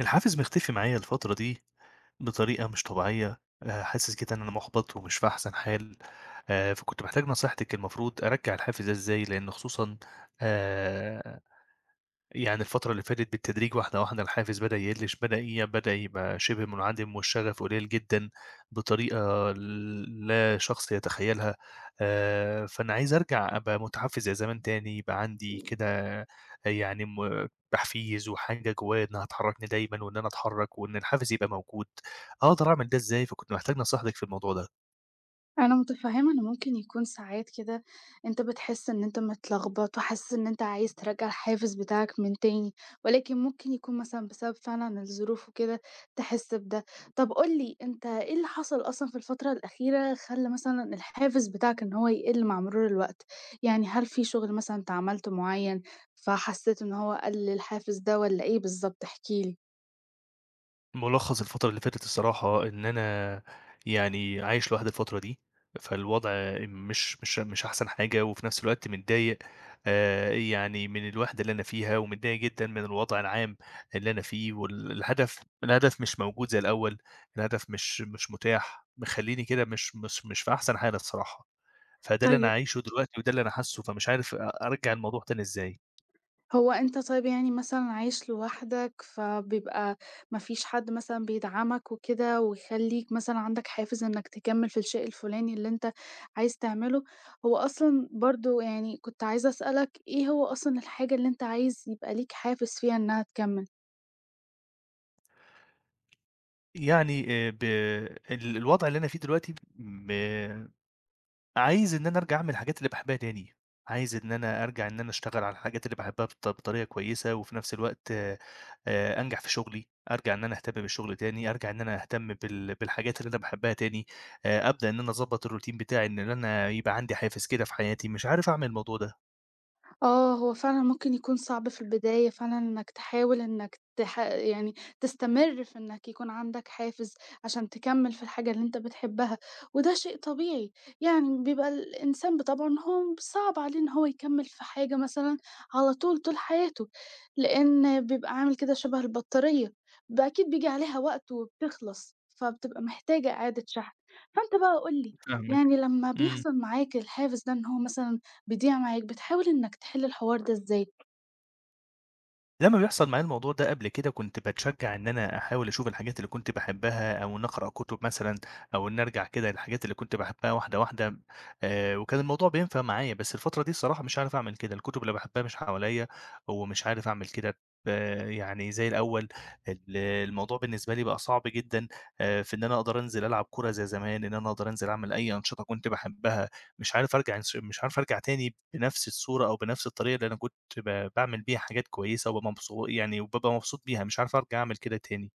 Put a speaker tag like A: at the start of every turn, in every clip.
A: الحافز مختفي معايا الفترة دي بطريقة مش طبيعية. حاسس كده إن أنا مُحبَط ومش في أحسن حال. فكنت محتاج نصيحتِك المفروض أرجّع الحافز ده إزاي؟ لإن خصوصًا آآ يعني الفترة اللي فاتت بالتدريج واحدة الحافز بدأ يقل ش بدأ ي بدأ يبقى شِبه منعدم والشغف قليل جدًا بطريقة لا شخص يتخيّلها. فأنا عايز أرجع أبقى متحفّز زي زمان تاني، يبقى عندي كده يعني تحفيز وحاجة جوايا إنّها تحرّكني دايمًا وإن أنا أتحرّك وإن الحافز يبقى موجود. أقدر أعمل ده إزاي؟ فكنت محتاج نصيحتِك في الموضوع ده.
B: أنا متفهمة إن ممكن يكون ساعات كده أنت بتحس إن أنت متلخبط وحاسس إن أنت عايز ترجّع الحافز بتاعك من تاني، ولكن ممكن يكون مثلًا بسبب فعلًا الظروف وكده تحس بده. طب قُل لي أنت إيه اللي حصل أصلًا في الفترة الأخيرة خلّى مثلًا الحافز بتاعك إن هو يقِل مع مرور الوقت؟ يعني هل في شغل مثلًا أنت عملته معيّن فحسيت إن هو قلّ الحافز ده والّا إيه بالضبط؟ احكِ لي.
A: ملخص الفترة اللي فاتت الصراحة إن أنا يعني عايش لوحدي الفترة دي، فالوضع مش أحسن حاجة، وفي نفس الوقت متضايق يعني من الوحدة اللي أنا فيها، ومتضايق جدًا من الوضع العام اللي أنا فيه، والهدف الهدف مش موجود زي الأول، الهدف مش متاح، مخلّيني كده مش في أحسن حالة الصراحة. فده اللي أنا
B: طيب.
A: عايشه دلوقتي وده اللي أنا حاسّه، فمش عارف أرجّع الموضوع تاني إزاي.
B: هو أنت طيب يعني مثلًا عايش لوحدك، فبيبقى ما فيش حد مثلًا بيدعمك وكده، ويخلّيك مثلًا عندك حافز إنك تكمّل في الشيء الفلاني اللي أنت عايز تعمله. هو أصلًا برضه يعني كنت عايزة أسألك إيه هو أصلًا الحاجة اللي أنت عايز يبقى ليك حافز فيها إنها تكمّل؟
A: يعني ب الوضع اللي أنا فيه دلوقتي عايز إن أنا أرجع أعمل الحاجات اللي باحبها تاني، عايز إن أنا أرجع إن أنا أشتغل على الحاجات اللي باحبها بطريقة كويسة، وفي نفس الوقت أنجح في شغلي، أرجع إن أنا أهتم بالشغل تاني، أرجع إن أنا أهتم بالحاجات اللي أنا باحبها تاني. أبدأ إن أنا أضبّط الروتين بتاعي إن أنا يبقى عندي حافز كده في حياتي، مش عارف أعمل الموضوع ده.
B: آه، هو فعلًا ممكن يكون صعب في البداية فعلًا إنك تحاول إنك تح يعني تستمر في إنك يكون عندك حافز عشان تكمّل في الحاجة اللي أنت بتحبها، وده شيء طبيعي. يعني بيبقى الإنسان بطبعه إن هو صعب عليه إن هو يكمّل في حاجة مثلًا على طول، طول حياته، لإن بيبقى عامل كده شبه البطارية، أكيد بييجي عليها وقت وبتخلص، فبتبقى محتاجة إعادة شحن. فأنت بقى قُل لي،
A: فاهمِك.
B: يعني لمّا
A: إمم.
B: بيحصل معاك الحافز ده إن هو مثلًا بيضيع معاك، بتحاول إنك تحل الحوار ده إزاي؟
A: لمّا بيحصل معايا الموضوع ده قبل كده، كنت باتشجّع إن أنا أحاول أشوف الحاجات اللي كنت باحبها، أو إني أقرأ كُتب مثلًا، أو إني أرجع كده للحاجات اللي كنت باحبها واحدة، وكان الموضوع بينفع معايا، بس الفترة دي الصراحة مش عارف أعمل كده، الكُتب اللي باحبها مش حواليّا، ومش عارف أعمل كده ب يعني زي الأول. الموضوع بالنسبة لي بقى صعب جدًا. في إن أنا أقدر أنزل ألعب كورة زي زمان، إن أنا أقدر أنزل أعمل أي أنشطة كنت باحبها. مش عارف أرجع انس مش عارف أرجع تاني بنفس الصورة أو بنفس الطريقة اللي أنا كنت باعمل بيها حاجات كويسة، وبابقى مبسوط بيها، مش عارف أرجع أعمل كده تاني.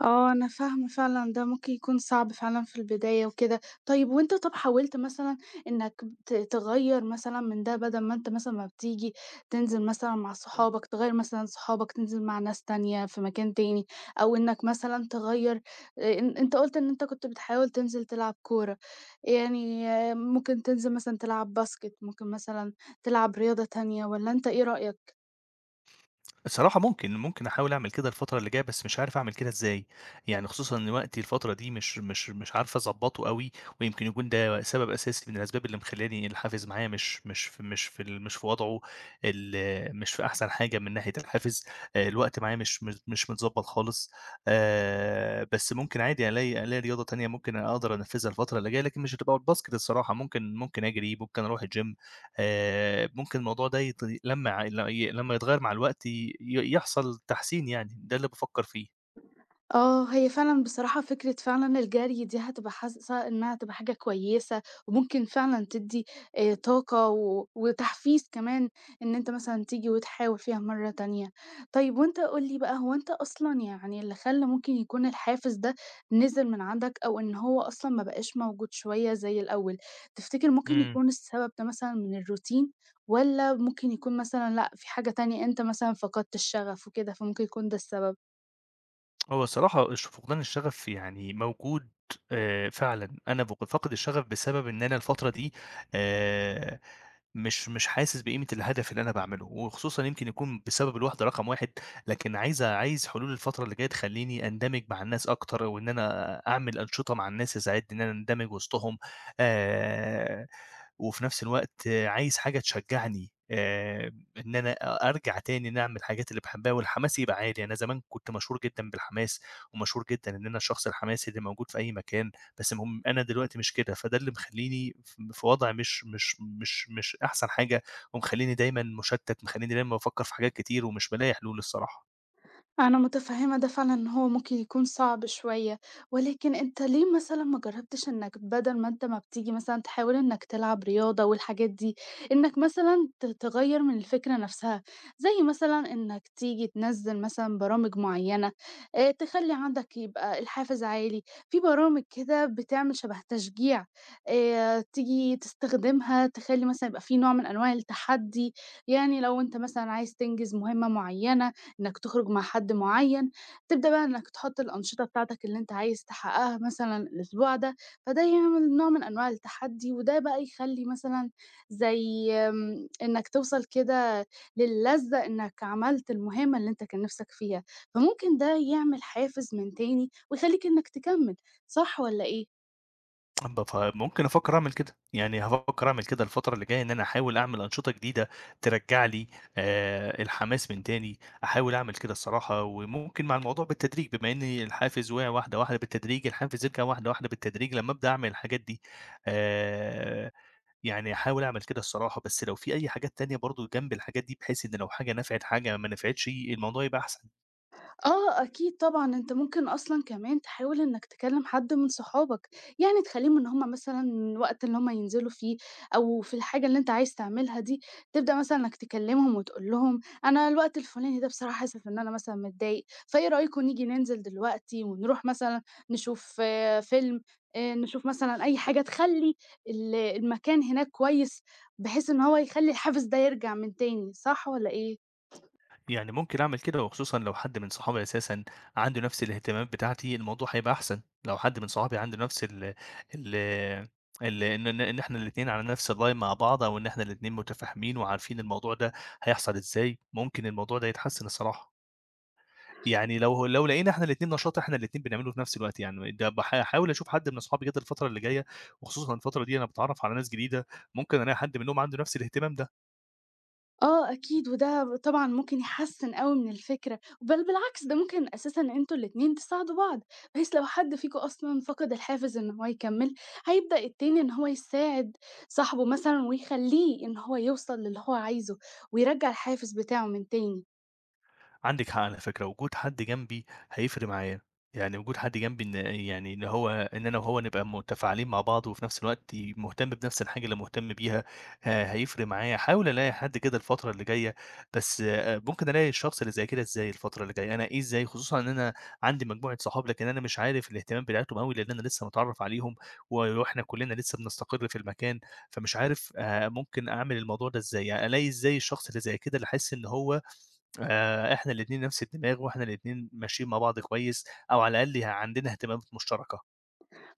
B: آه، أنا فاهمة فعلًا ده ممكن يكون صعب فعلًا في البداية وكده. طيب وأنت طَب حاولت مثلًا إنك تغيّر مثلًا من ده بدل ما أنت مثلًا ما بتيجي تنزل مثلًا مع صحابك، تغيّر مثلًا صحابك تنزل مع ناس تانية في مكان تاني، أو إنك مثلًا تغيّر، إن أنت قُلت إن أنت كنت بتحاول تنزل تلعب كورة، يعني آه، ممكن تنزل مثلًا تلعب باسكت، ممكن مثلًا تلعب رياضة تانية، والّا أنت إيه رأيك؟
A: الصراحة ممكن أحاول أعمل كده الفترة اللي جاية، بس مش عارف أعمل كده إزاي، يعني خصوصًا إن وقتي الفترة دي مش عارف أضبّطه أوي، ويمكن يكون ده سبب أساسي من الأسباب اللي مخلّياني الحافز معايا مش مش في مش في ال مش في وضعه ال مش في أحسن حاجة من ناحية الحافز. الوقت معايا مش متضبّط خالص. بس ممكن عادي ألاقي رياضة تانية ممكن أقدر أنفّذها الفترة اللي جاية، لكن مش هتبقى الباسكت الصراحة. ممكن أجري، ممكن أروح الgym. ممكن الموضوع ده يت لمّا ع ل ي لمّا يتغيّر مع الوقت يحصل تحسين يعني، ده اللي بافكّر فيه.
B: آه، هي فعلًا بصراحة فكرة فعلًا الجري دي هتبقى حاسة إنها هتبقى حاجة كويسة، وممكن فعلًا تدّي طاقة وتحفيز كمان، إن أنت مثلًا تيجي وتحاول فيها مرة تانية. طيب وأنت قُل لي بقى، هو أنت أصلًا يعني اللي خلّى ممكن يكون الحافز ده نزل من عندك أو إن هو أصلًا ما بقاش موجود شوية زي الأول، تفتكر ممكن
A: إمم.
B: يكون السبب ده مثلًا من الروتين والّا ممكن يكون مثلًا لأ، في حاجة تانية أنت مثلًا فقدت الشغف وكده، فممكن يكون ده السبب؟
A: هو الصراحة فقدان الشغف يعني موجود فعلًا، أنا باكون فاقد الشغف بسبب إن أنا الفترة دي آآ مش حاسس بقيمة الهدف اللي أنا باعمله، وخصوصًا يمكن يكون بسبب الوحدة رقم 1. لكن عايز حلول الفترة اللي جاية تخلّيني أندمج مع الناس أكتر، وإن أنا أعمل أنشطة مع الناس تساعدني إن أنا أندمج وسطهم. آآ وفي نفس الوقت آه، عايز حاجة تشجعني إن أنا أرجع تاني إن أنا أعمل الحاجات اللي باحبها والحماس يبقى عالي. أنا زمان كنت مشهور جدًا بالحماس، ومشهور جدًا إن أنا الشخص الحماسي اللي موجود في أي مكان. بس المهم أنا دلوقتي مش كده، فده اللي مخلّيني في وضع مش أحسن حاجة، ومخلّيني دايمًا مشتت، مخلّيني دايمًا بافكّر في حاجات كتير ومش بالاقي حلول الصراحة.
B: أنا متفهمة ده فعلًا، إن هو ممكن يكون صعب شوية، ولكن أنت ليه مثلًا ما جربتش إنك بدل ما أنت ما بتيجي مثلًا تحاول إنك تلعب رياضة والحاجات دي، إنك مثلًا تغيّر من الفكرة نفسها، زي مثلًا إنك تيجي تنزّل مثلًا برامج معيّنة، تخلّي عندك يبقى الحافز عالي. في برامج كده بتعمل شبه تشجيع، تيجي تستخدمها، تخلّي مثلًا يبقى في نوع من أنواع التحدي. يعني لو أنت مثلًا عايز تنجز مهمة معيّنة، إنك تخرج مع حد معين، تبدأ بقى إنك تحط الأنشطة بتاعتك اللي أنت عايز تحققها مثلًا الأسبوع ده، فده يعمل نوع من أنواع التحدي، وده بقى يخلّي مثلًا زي، إنك توصل كده للّذة إنك عملت المهمة اللي أنت كان نِفْسك فيها، فممكن ده يعمل حافز من تاني ويخلّيك إنك تكمّل، صح والّا إيه؟
A: فممكن أفكّر أعمل كده، يعني هافكّر أعمل كده الفترة اللي جاية، إن أنا أحاول أعمل أنشطة جديدة ترجّع لي الحماس من تاني. أحاول أعمل كده الصراحة، وممكن مع الموضوع بالتدريج، بما إن الحافز وقع واحدة واحدة بالتدريج، الحافز يرجع واحدة واحدة بالتدريج لمّا أبدأ أعمل الحاجات دي. آآ يعني أحاول أعمل كده الصراحة، بس لو في أي حاجات تانية برضه جنب الحاجات دي، بحيث إن لو حاجة نفعت حاجة ما نفعتش، الموضوع يبقى أحسن.
B: آه أكيد طبعًا، أنت ممكن أصلًا كمان تحاول إنك تكلّم حد من صحابك، يعني تخلّيهم إن هم مثلًا الوقت اللي هم ينزلوا فيه أو في الحاجة اللي أنت عايز تعملها دي، تبدأ مثلًا إنك تكلّمهم وتقول لهم أنا الوقت الفلاني ده بصراحة حاسس إن أنا مثلًا متضايق، فإيه رأيكم نيجي ننزل دلوقتي ونروح مثلًا نشوف آه، فيلم، نشوف مثلًا أي حاجة تخلّي المكان هناك كويس، بحيث إن هو يخلّي الحافز ده يرجع من تاني، صح والّا إيه؟
A: يعني ممكن أعمل كده، وخصوصًا لو حد من صحابي أساسًا عنده نفس الاهتمامات بتاعتي، الموضوع هيبقى أحسن. لو حد من صحابي عنده نفس ال ال ال إن إن إحنا الاتنين على نفس الline مع بعض، أو إن إحنا الاتنين متفاهمين وعارفين الموضوع ده هيحصل إزاي، ممكن الموضوع ده يتحسن الصراحة. يعني لو لقينا إحنا الاتنين نشاط إحنا الاتنين بنعمله في نفس الوقت، يعني ده باح هاحاول أشوف حد من أصحابي كده الفترة اللي جاية، وخصوصًا الفترة دي أنا باتعرّف على ناس جديدة، ممكن ألاقي حد منهم عنده نفس الاهتمام ده.
B: آه أكيد، وده طبعًا ممكن يحسّن أوي من الفكرة، بل بالعكس ده ممكن أساسًا أنتم الاتنين تساعدوا بعض، بحيث لو حد فيكم أصلًا فقد الحافز إن هو يكمّل، هيبدأ التاني إن هو يساعد صاحبه مثلًا ويخلّيه إن هو يوصل للي هو عايزه، ويرجّع الحافز بتاعه من تاني.
A: عندِك حق على فكرة، وجود حد جنبي هيفرق معايا. يعني وجود حد جنبي إن يعني إن هو إن أنا وهو نبقى متفاعلين مع بعض، وفي نفس الوقت مهتم بنفس الحاجة اللي مهتم بيها، هيفرق معايا. هاحاول ألاقي حد كده الفترة اللي جاية، بس آه، ممكن ألاقي الشخص اللي زي كده إزاي الفترة اللي جاية؟ أنقيه إزاي؟ خصوصًا إن أنا عندي مجموعة صحاب، لكن أنا مش عارف الاهتمام بتاعتهم أوي، لأن أنا لسه متعرّف عليهم، وإحنا كلنا لسه بنستقر في المكان. فمش عارف ممكن أعمل الموضوع ده إزاي؟ يعني ألاقي إزاي الشخص اللي زي كده، اللي أحس إن هو إحنا الاتنين نفس الدماغ، وإحنا الاتنين ماشيين مع بعض كويس، أو على الأقل عندنا اهتمامات مشتركة.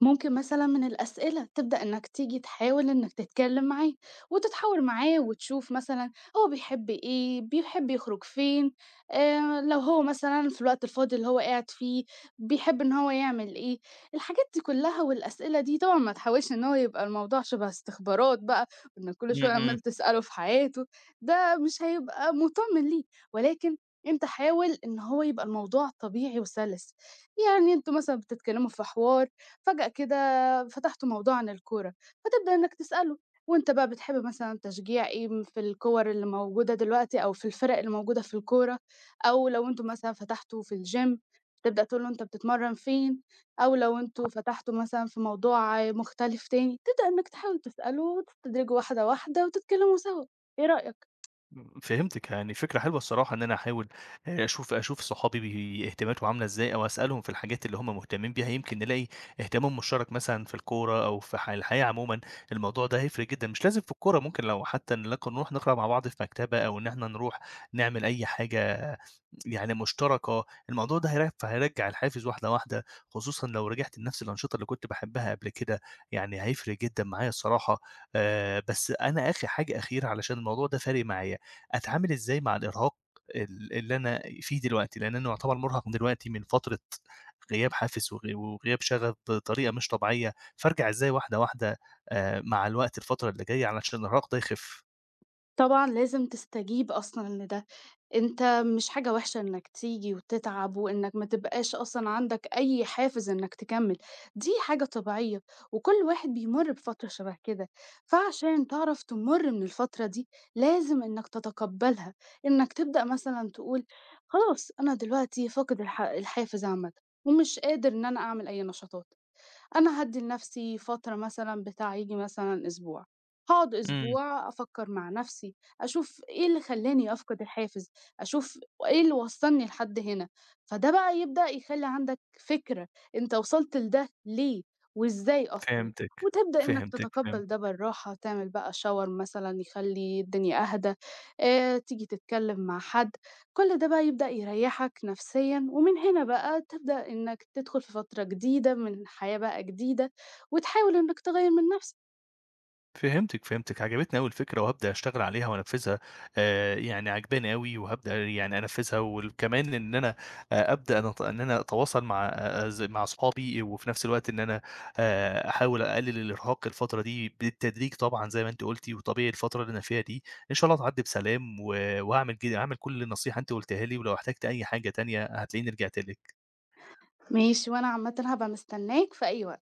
B: ممكن مثلا من الأسئلة تبدأ إنك تيجي تحاول إنك تتكلم معاه وتتحاور معاه وتشوف مثلا هو بيحب إيه، بيحب يخرج فين، آه لو هو مثلا في الوقت الفاضي اللي هو قاعد فيه بيحب إن هو يعمل إيه، الحاجات دي كلها والأسئلة دي. طبعا ما تحاولش إن هو يبقى الموضوع شبه استخبارات بقى، إنك كل
A: إمم،
B: شوية
A: إمم.
B: عمال تسأله في حياته، ده مش هيبقى مطمن ليه، ولكن انت حاول ان هو يبقى الموضوع طبيعي وسلس. يعني انتوا مثلا بتتكلموا في حوار، فجأة كده فتحتوا موضوع عن الكورة، فتبدأ إنك تسأله، وأنت بقى بتحب مثلًا تشجيع إيه في الكور اللي موجودة دلوقتي أو في الفرق اللي موجودة في الكورة، أو لو أنتم مثلًا فتحتوا في الgym تبدأ تقول له أنت بتتمرن فين، أو لو أنتم فتحتوا مثلًا في موضوع مختلف تاني، تبدأ إنك تحاول تسأله وتستدرجه واحدة واحدة وتتكلموا سوا، إيه رأيك؟
A: إمم، فهمتِك. يعني فكرة حلوة الصراحة إن أنا أحاول أشوف صحابي اهتماماتهم عاملة إزاي، أو أسألهم في الحاجات اللي هم مهتمين بيها، يمكن نلاقي اهتمام مشترك مثلًا في الكورة أو في الحياة عمومًا. الموضوع ده هيفرق جدًا، مش لازم في الكورة، ممكن لو حتى نلاقي نروح نقرا مع بعض في مكتبة، أو إن إحنا نروح نعمل أي حاجة يعني مشتركة، الموضوع ده هيرجّع الحافز واحدة واحدة، خصوصًا لو رجعت لنفس الأنشطة اللي كنت باحبها قبل كده. يعني هيفرق جدًا معايا الصراحة. بس أنا آخر حاجة أخيرة علشان الموضوع ده فارق معايا. أتعامل إزاي مع الإرهاق اللي أنا فيه دلوقتي، لإن أنا يُعتبر مُرهَق دلوقتي من فترة غياب حافز وغياب شغف بطريقة مش طبيعية. فارجع إزاي واحدة مع الوقت الفترة اللي جاية علشان الإرهاق ده يخِف؟
B: طبعًا لازم تستجيب أصلًا لده، أنت مش حاجة وحشة إنك تيجي وتتعب وإنك ما تبقاش أصلًا عندك أي حافز إنك تكمّل، دي حاجة طبيعية وكل واحد بيمُر بفترة شبه كده، فعشان تعرف تمُر من الفترة دي لازم إنك تتقبّلها، إنك تبدأ مثلًا تقول خلاص أنا دلوقتي فاقد الحافز عامةً، ومش قادر إن أنا أعمل أي نشاطات. أنا هادّي لنَفْسي فترة مثلًا بتاع ييجي مثلًا أسبوع، هاقعد
A: إمم.
B: أسبوع أفكّر مع نَفْسي، أشوف إيه اللي خلّاني أفقد الحافز، أشوف إيه اللي وصّلني لحد هنا، فده بقى يبدأ يخلّي عندك فكرة أنت وصلت لده ليه وإزاي أصلًا،
A: فهمتِك،
B: وتبدأ إنّك تتقبّل ده
A: فهمتِك.
B: بالراحة، تعمل بقى shower مثلًا يخلّي الدنيا أهدى، تيجي تتكلّم مع حد. كل ده بقى يبدأ يريّحك نفسيًا، ومن هنا بقى تبدأ إنك تدخل في فترة جديدة من حياة بقى جديدة، وتحاول إنك تغيّر من نفسك.
A: عجبتني أوي الفكرة وهابدأ أشتغل عليها وأنفذها. يعني عاجباني أوي وهابدأ يعني أنفذها، وكمان إن أنا أبدأ أنا أت إن أنا أتواصل مع أ أز مع أصحابي، وفي نفس الوقت إن أنا أحاول أقلل الإرهاق الفترة دي بالتدريج طبعًا زي ما أنتِ قُلتِ. وطبيعي الفترة اللي أنا فيها دي إن شاء الله تعدّي بسلام، و وهاعمل كده هاعمل كل النصيحة أنتِ قُلتيها لي، ولو احتجت أي حاجة تانية هتلاقيني رجعت لِك.
B: ماشي، وأنا عامةً هابقى مستناك في أي وقت.